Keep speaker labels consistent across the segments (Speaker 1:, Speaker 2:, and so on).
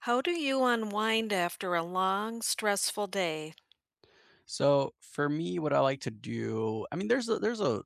Speaker 1: How do you unwind after a long, stressful day?
Speaker 2: So for me, what I like to do, I mean, there's a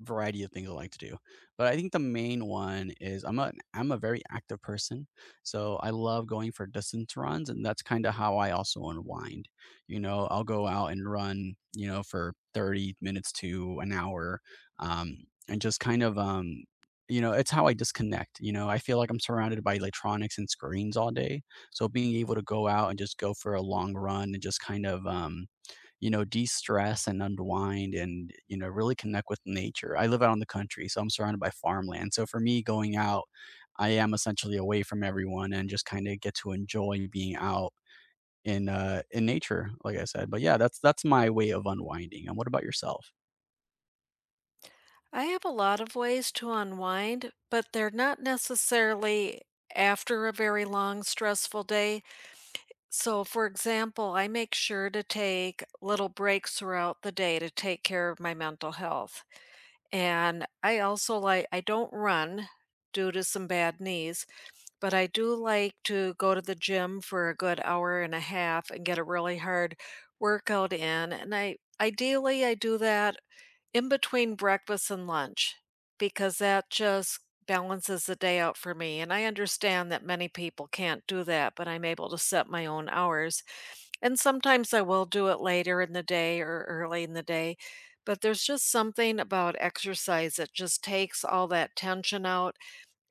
Speaker 2: variety of things I like to do, but I think the main one is I'm a very active person, so I love going for distance runs, and that's kind of how I also unwind. You know, I'll go out and run, you know, for 30 minutes to an hour, um, and just kind of, you know, it's how I disconnect. You know, I feel like I'm surrounded by electronics and screens all day, so being able to go out and just go for a long run and just kind of you know, de-stress and unwind and, you know, really connect with nature. I live out in the country, so I'm surrounded by farmland. So for me, going out, I am essentially away from everyone and just kind of get to enjoy being out in nature, like I said. But yeah, that's my way of unwinding. And what about yourself?
Speaker 1: I have a lot of ways to unwind, but they're not necessarily after a very long, stressful day. So, for example, I make sure to take little breaks throughout the day to take care of my mental health. And I also like, I don't run due to some bad knees. But I do like to go to the gym for a good hour and a half and get a really hard workout in, and I ideally, I do that in between breakfast and lunch because that just balances the day out for me, and I understand that many people can't do that, but I'm able to set my own hours, and sometimes I will do it later in the day or early in the day, but there's just something about exercise that just takes all that tension out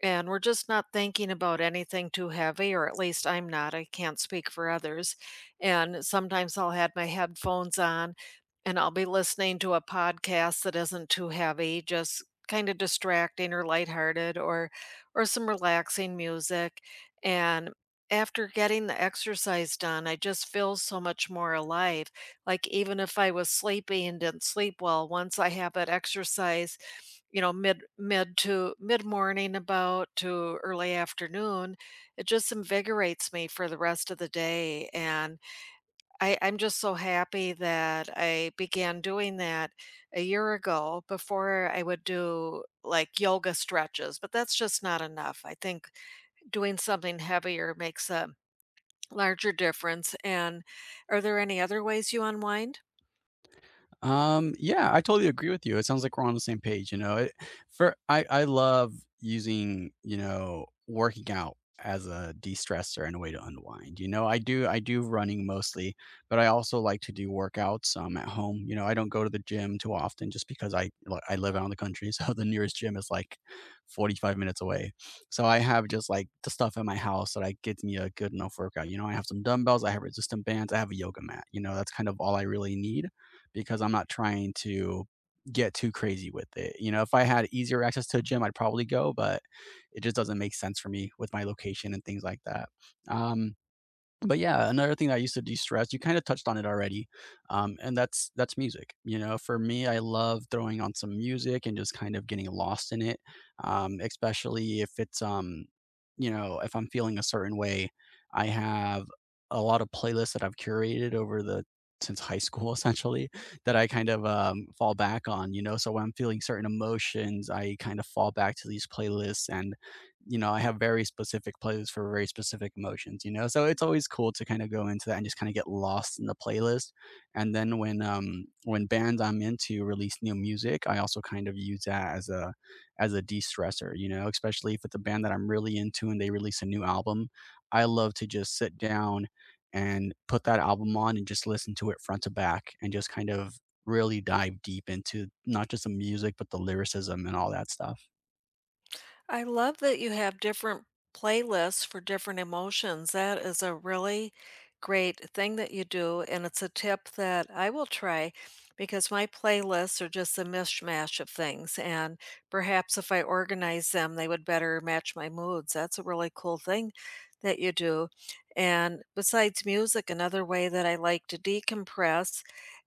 Speaker 1: and we're just not thinking about anything too heavy, or at least I'm not. I can't speak for others. And sometimes I'll have my headphones on and I'll be listening to a podcast that isn't too heavy, just kind of distracting or lighthearted or some relaxing music. And after getting the exercise done, I just feel so much more alive. Like even if I was sleepy and didn't sleep well, once I have that exercise you know, mid to mid-morning about to early afternoon, it just invigorates me for the rest of the day, and I'm just so happy that I began doing that a year ago. Before, I would do, like, yoga stretches, but that's just not enough. I think doing something heavier makes a larger difference, and are there any other ways you unwind?
Speaker 2: Yeah, I totally agree with you. It sounds like we're on the same page. You know, it, for I love using working out as a de-stressor and a way to unwind. You know, I do running mostly, but I also like to do workouts at home. You know, I don't go to the gym too often just because I live out in the country, so the nearest gym is like 45 minutes away. So I have just like the stuff at my house that I gets me a good enough workout. You know, I have some dumbbells, I have resistant bands, I have a yoga mat. You know, that's kind of all I really need because I'm not trying to get too crazy with it. You know, if I had easier access to a gym, I'd probably go, but it just doesn't make sense for me with my location and things like that. Um, but yeah, another thing that I used to de-stress, you kind of touched on it already, and that's music. You know, for me, I love throwing on some music and just kind of getting lost in it, especially if it's, you know, if I'm feeling a certain way. I have a lot of playlists that I've curated over the since high school essentially that I kind of fall back on. You know, so when I'm feeling certain emotions, I kind of fall back to these playlists and you know, I have very specific playlists for very specific emotions, you know? So it's always cool to kind of go into that and just kind of get lost in the playlist. And then when bands I'm into release new music, I also kind of use that as a de-stressor, you know, especially if it's a band that I'm really into and they release a new album. I love to just sit down and put that album on and just listen to it front to back and just kind of really dive deep into not just the music but the lyricism and all that stuff.
Speaker 1: I love that you have different playlists for different emotions. That is a really great thing that you do, and it's a tip that I will try because my playlists are just a mishmash of things. And perhaps if I organize them, they would better match my moods. That's a really cool thing that you do. And besides music, another way that I like to decompress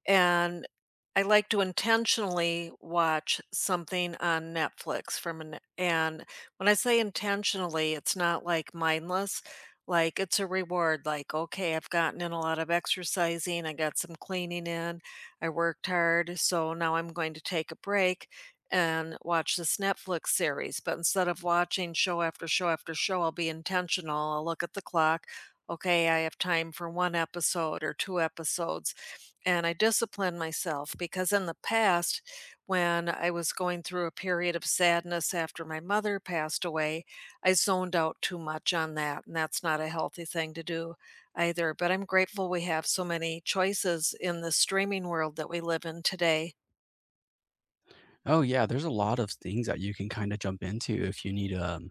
Speaker 1: and I like to intentionally watch something on Netflix from an and when I say intentionally, it's not like mindless. Like it's a reward, like, okay, I've gotten in a lot of exercising, I got some cleaning in, I worked hard, so now I'm going to take a break and watch this Netflix series. But instead of watching show after show after show, I'll be intentional. I'll look at the clock. Okay, I have time for one episode or two episodes. And I discipline myself because in the past, when I was going through a period of sadness after my mother passed away, I zoned out too much on that, and that's not a healthy thing to do either. But I'm grateful we have so many choices in the streaming world that we live in today.
Speaker 2: Oh, yeah, there's a lot of things that you can kinda jump into if you need,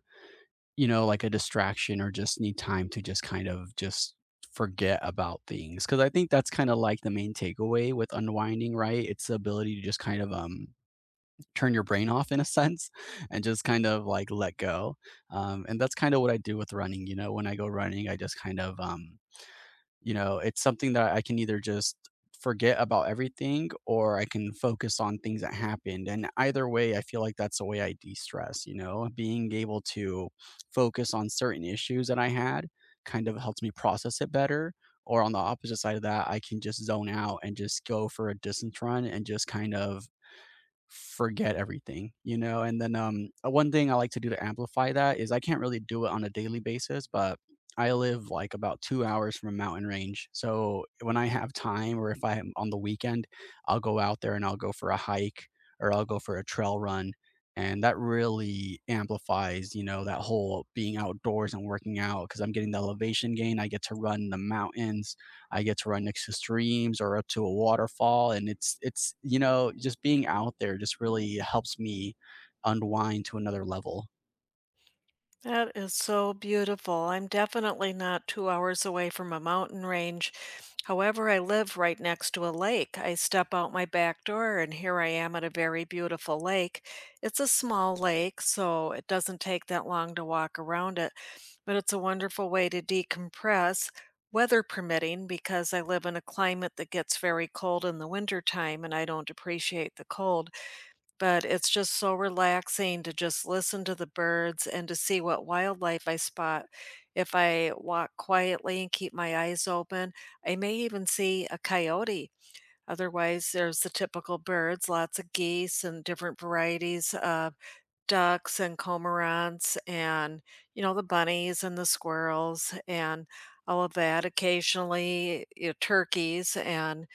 Speaker 2: you know, like, a distraction or just need time to just kind of just forget about things. Because I think that's kinda, like, the main takeaway with unwinding, right? It's the ability to just kind of, turn your brain off in a sense and just kind of, like, let go, and that's kinda what I do with running, you know, when I go running, I just kind of, you know, it's something that I can either just forget about everything or I can focus on things that happened. And either way, I feel like that's the way I de stress, you know, being able to focus on certain issues that I had kind of helps me process it better. Or on the opposite side of that, I can just zone out and just go for a distance run and just kind of forget everything, you know? And then, one thing I like to do to amplify that is I can't really do it on a daily basis, but I live like about 2 hours from a mountain range. So when I have time or if I am on the weekend, I'll go out there and I'll go for a hike or I'll go for a trail run. And that really amplifies, you know, that whole being outdoors and working out because I'm getting the elevation gain. I get to run in the mountains. I get to run next to streams or up to a waterfall, and it's you know just being out there just really helps me unwind to another level.
Speaker 1: That is so beautiful. I'm definitely not 2 hours away from a mountain range. However, I live right next to a lake. I step out my back door and here I am at a very beautiful lake. It's a small lake, so it doesn't take that long to walk around it, but it's a wonderful way to decompress, weather permitting, because I live in a climate that gets very cold in the winter time and I don't appreciate the cold. But it's just so relaxing to just listen to the birds and to see what wildlife I spot. If I walk quietly and keep my eyes open, I may even see a coyote. Otherwise, there's the typical birds, lots of geese and different varieties of ducks and cormorants and, you know, the bunnies and the squirrels and all of that. Occasionally, you know, turkeys and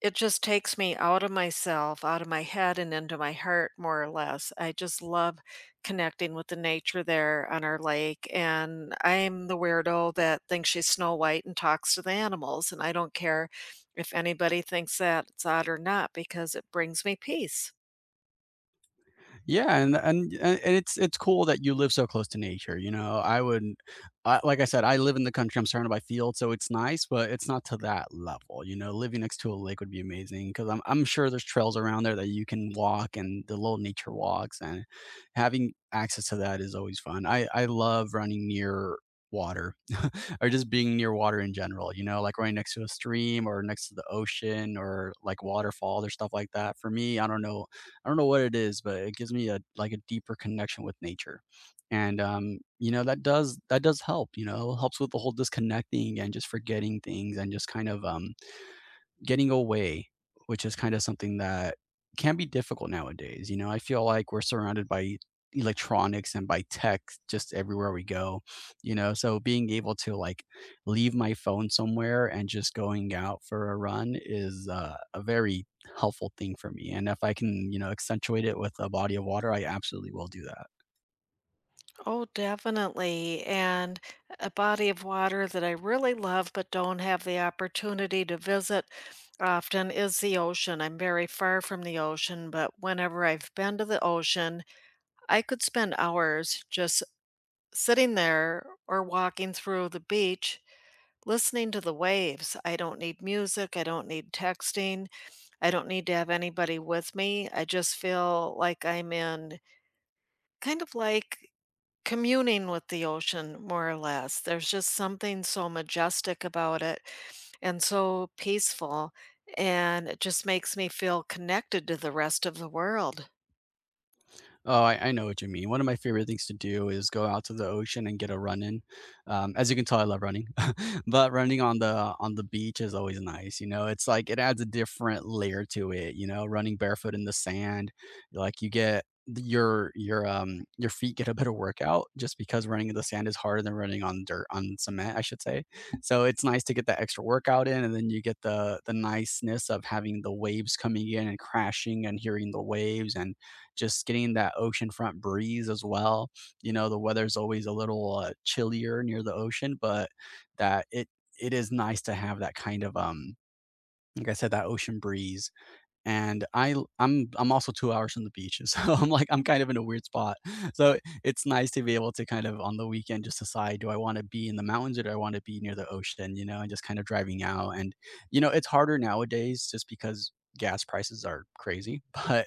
Speaker 1: it just takes me out of myself, out of my head, and into my heart, more or less. I just love connecting with the nature there on our lake, and I'm the weirdo that thinks she's Snow White and talks to the animals, and I don't care if anybody thinks that it's odd or not because it brings me peace.
Speaker 2: Yeah, and it's cool that you live so close to nature. You know, I would, I, like I said, I live in the country. I'm surrounded by fields, so it's nice, but it's not to that level. You know, living next to a lake would be amazing because I'm sure there's trails around there that you can walk and the little nature walks, and having access to that is always fun. I love running near water or just being near water in general. You know, like right next to a stream or next to the ocean or like waterfalls or stuff like that. For me, I don't know what it is, but it gives me a like a deeper connection with nature. And you know, that does help, you know, helps with the whole disconnecting and just forgetting things and just kind of getting away, which is kind of something that can be difficult nowadays. You know, I feel like we're surrounded by electronics and by tech just everywhere we go, you know. So being able to like leave my phone somewhere and just going out for a run is a very helpful thing for me. And if I can, you know, accentuate it with a body of water, I absolutely will do that.
Speaker 1: Oh, definitely. And a body of water that I really love but don't have the opportunity to visit often is the ocean. I'm very far from the ocean, but whenever I've been to the ocean, I could spend hours just sitting there or walking through the beach listening to the waves. I don't need music, I don't need texting, I don't need to have anybody with me. I just feel like I'm in kind of like communing with the ocean more or less. There's just something so majestic about it and so peaceful and it just makes me feel connected to the rest of the world.
Speaker 2: I know what you mean. One of my favorite things to do is go out to the ocean and get a run in. As you can tell, I love running, but running on the beach is always nice. You know, it's like it adds a different layer to it. You know, running barefoot in the sand, like you get your feet get a better workout just because running in the sand is harder than running on dirt on cement, I should say. So it's nice to get that extra workout in, and then you get the niceness of having the waves coming in and crashing and hearing the waves and just getting that oceanfront breeze as well. You know, the weather's always a little, chillier near the ocean, but that it is nice to have that kind of, like I said, that ocean breeze and I'm also 2 hours from the beach, so I'm like I'm kind of in a weird spot. So it's nice to be able to kind of on the weekend just decide, do I want to be in the mountains or do I want to be near the ocean, you know, and just kind of driving out. And you know, it's harder nowadays just because gas prices are crazy, but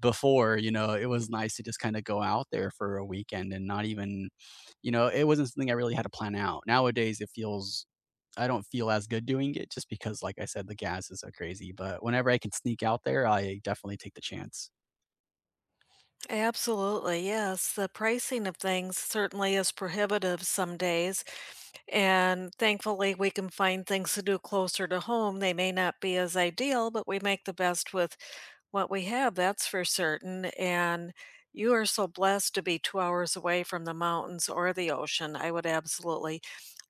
Speaker 2: before, you know, it was nice to just kind of go out there for a weekend and not even, you know, it wasn't something I really had to plan out. Nowadays, it feels I don't feel as good doing it just because, like I said, the gas is so crazy. But whenever I can sneak out there, I definitely take the chance.
Speaker 1: Absolutely, yes. The pricing of things certainly is prohibitive some days, and thankfully we can find things to do closer to home. They may not be as ideal, but we make the best with what we have, that's for certain, and you are so blessed to be 2 hours away from the mountains or the ocean. I would absolutely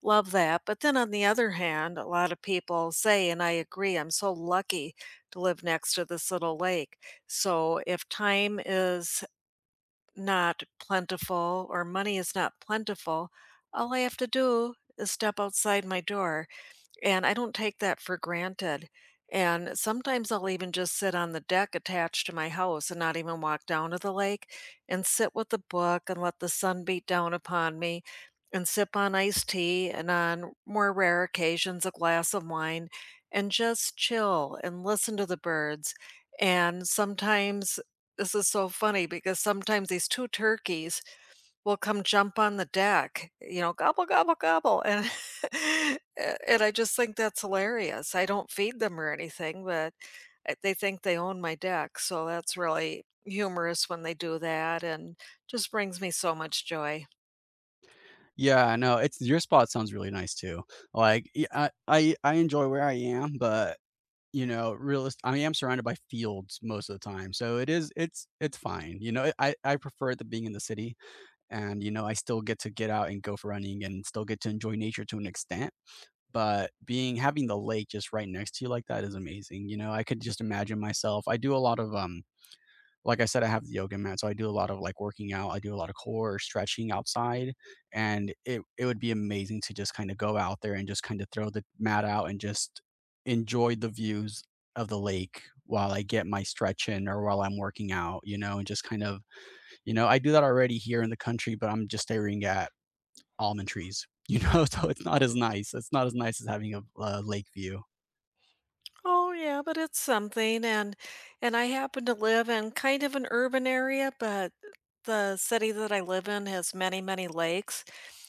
Speaker 1: love that, but then on the other hand, a lot of people say, and I agree, I'm so lucky to live next to this little lake. So if time is not plentiful or money is not plentiful, all I have to do is step outside my door and I don't take that for granted. And sometimes I'll even just sit on the deck attached to my house and not even walk down to the lake and sit with a book and let the sun beat down upon me and sip on iced tea and on more rare occasions a glass of wine and just chill and listen to the birds. And sometimes this is so funny because sometimes these two turkeys will come jump on the deck, you know, "Gobble, gobble, gobble," and and I just think that's hilarious. I don't feed them or anything, but, eh, they think they own my deck, so that's really humorous when they do that and just brings me so much joy.
Speaker 2: Yeah, no, it's your spot sounds really nice too. I enjoy where I am, but you know, realist, I am surrounded by fields most of the time, so it is, it's fine. You know, I prefer it to being in the city, and you know, I still get to get out and go for running, and still get to enjoy nature to an extent. But being having the lake just right next to you like that is amazing. You know, I could just imagine myself. I do a lot of like I said, I have the yoga mat, so I do a lot of like working out. I do a lot of core stretching outside, and it would be amazing to just kind of go out there and just kind of throw the mat out and just enjoy the views of the lake while I get my stretch in or while I'm working out, you know, and just kind of, you know, I do that already here in the country, but I'm just staring at almond trees, you know, so it's not as nice. It's not as nice as having a lake view.
Speaker 1: Oh, yeah, but it's something and I happen to live in kind of an urban area, but the city that I live in has many, many lakes.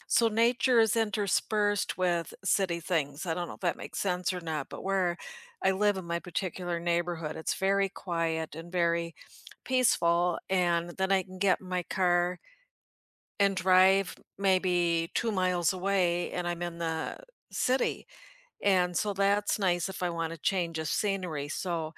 Speaker 1: So nature is interspersed with city things. I don't know if that makes sense or not, but where I live in my particular neighborhood, it's very quiet and very peaceful. And then I can get in my car and drive maybe 2 miles away and I'm in the city. And so that's nice if I wanna change of scenery, so,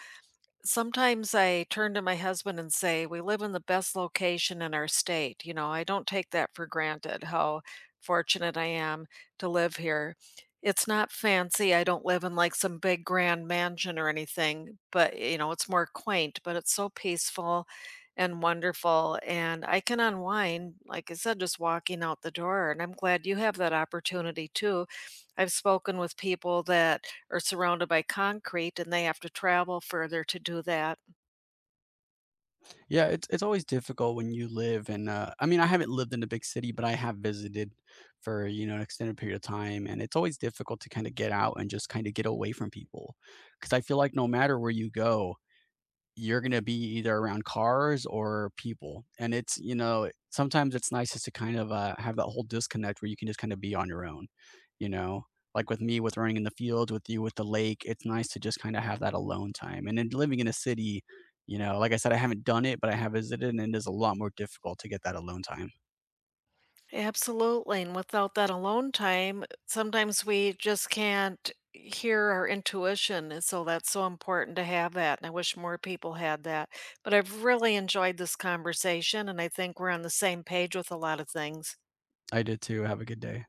Speaker 1: sometimes I turn to my husband and say, "We live in the best location in our state." You know, I don't take that for granted, how fortunate I am to live here. It's not fancy, I don't live in, like, some big grand mansion or anything, but, you know, it's more quaint, but it's so peaceful and wonderful, and I can unwind, like I said, just walking out the door, and I'm glad you have that opportunity too. I've spoken with people that are surrounded by concrete and they have to travel further to do that.
Speaker 2: Yeah, it's always difficult when you live in I mean, I haven't lived in a big city, but I have visited for, you know, an extended period of time, and it's always difficult to kind of get out and just kind of get away from people, because I feel like no matter where you go, you're gonna be either around cars or people. And it's, you know, sometimes it's nice just to kind of have that whole disconnect where you can just kind of be on your own, you know? Like with me with running in the fields, with you with the lake, it's nice to just kind of have that alone time. And then living in a city, you know, like I said, I haven't done it, but I have visited, and it is a lot more difficult to get that alone time.
Speaker 1: Absolutely. And without that alone time, sometimes we just can't hear our intuition. And so that's so important to have that. And I wish more people had that. But I've really enjoyed this conversation. And I think we're on the same page with a lot of things.
Speaker 2: I did too. Have a good day.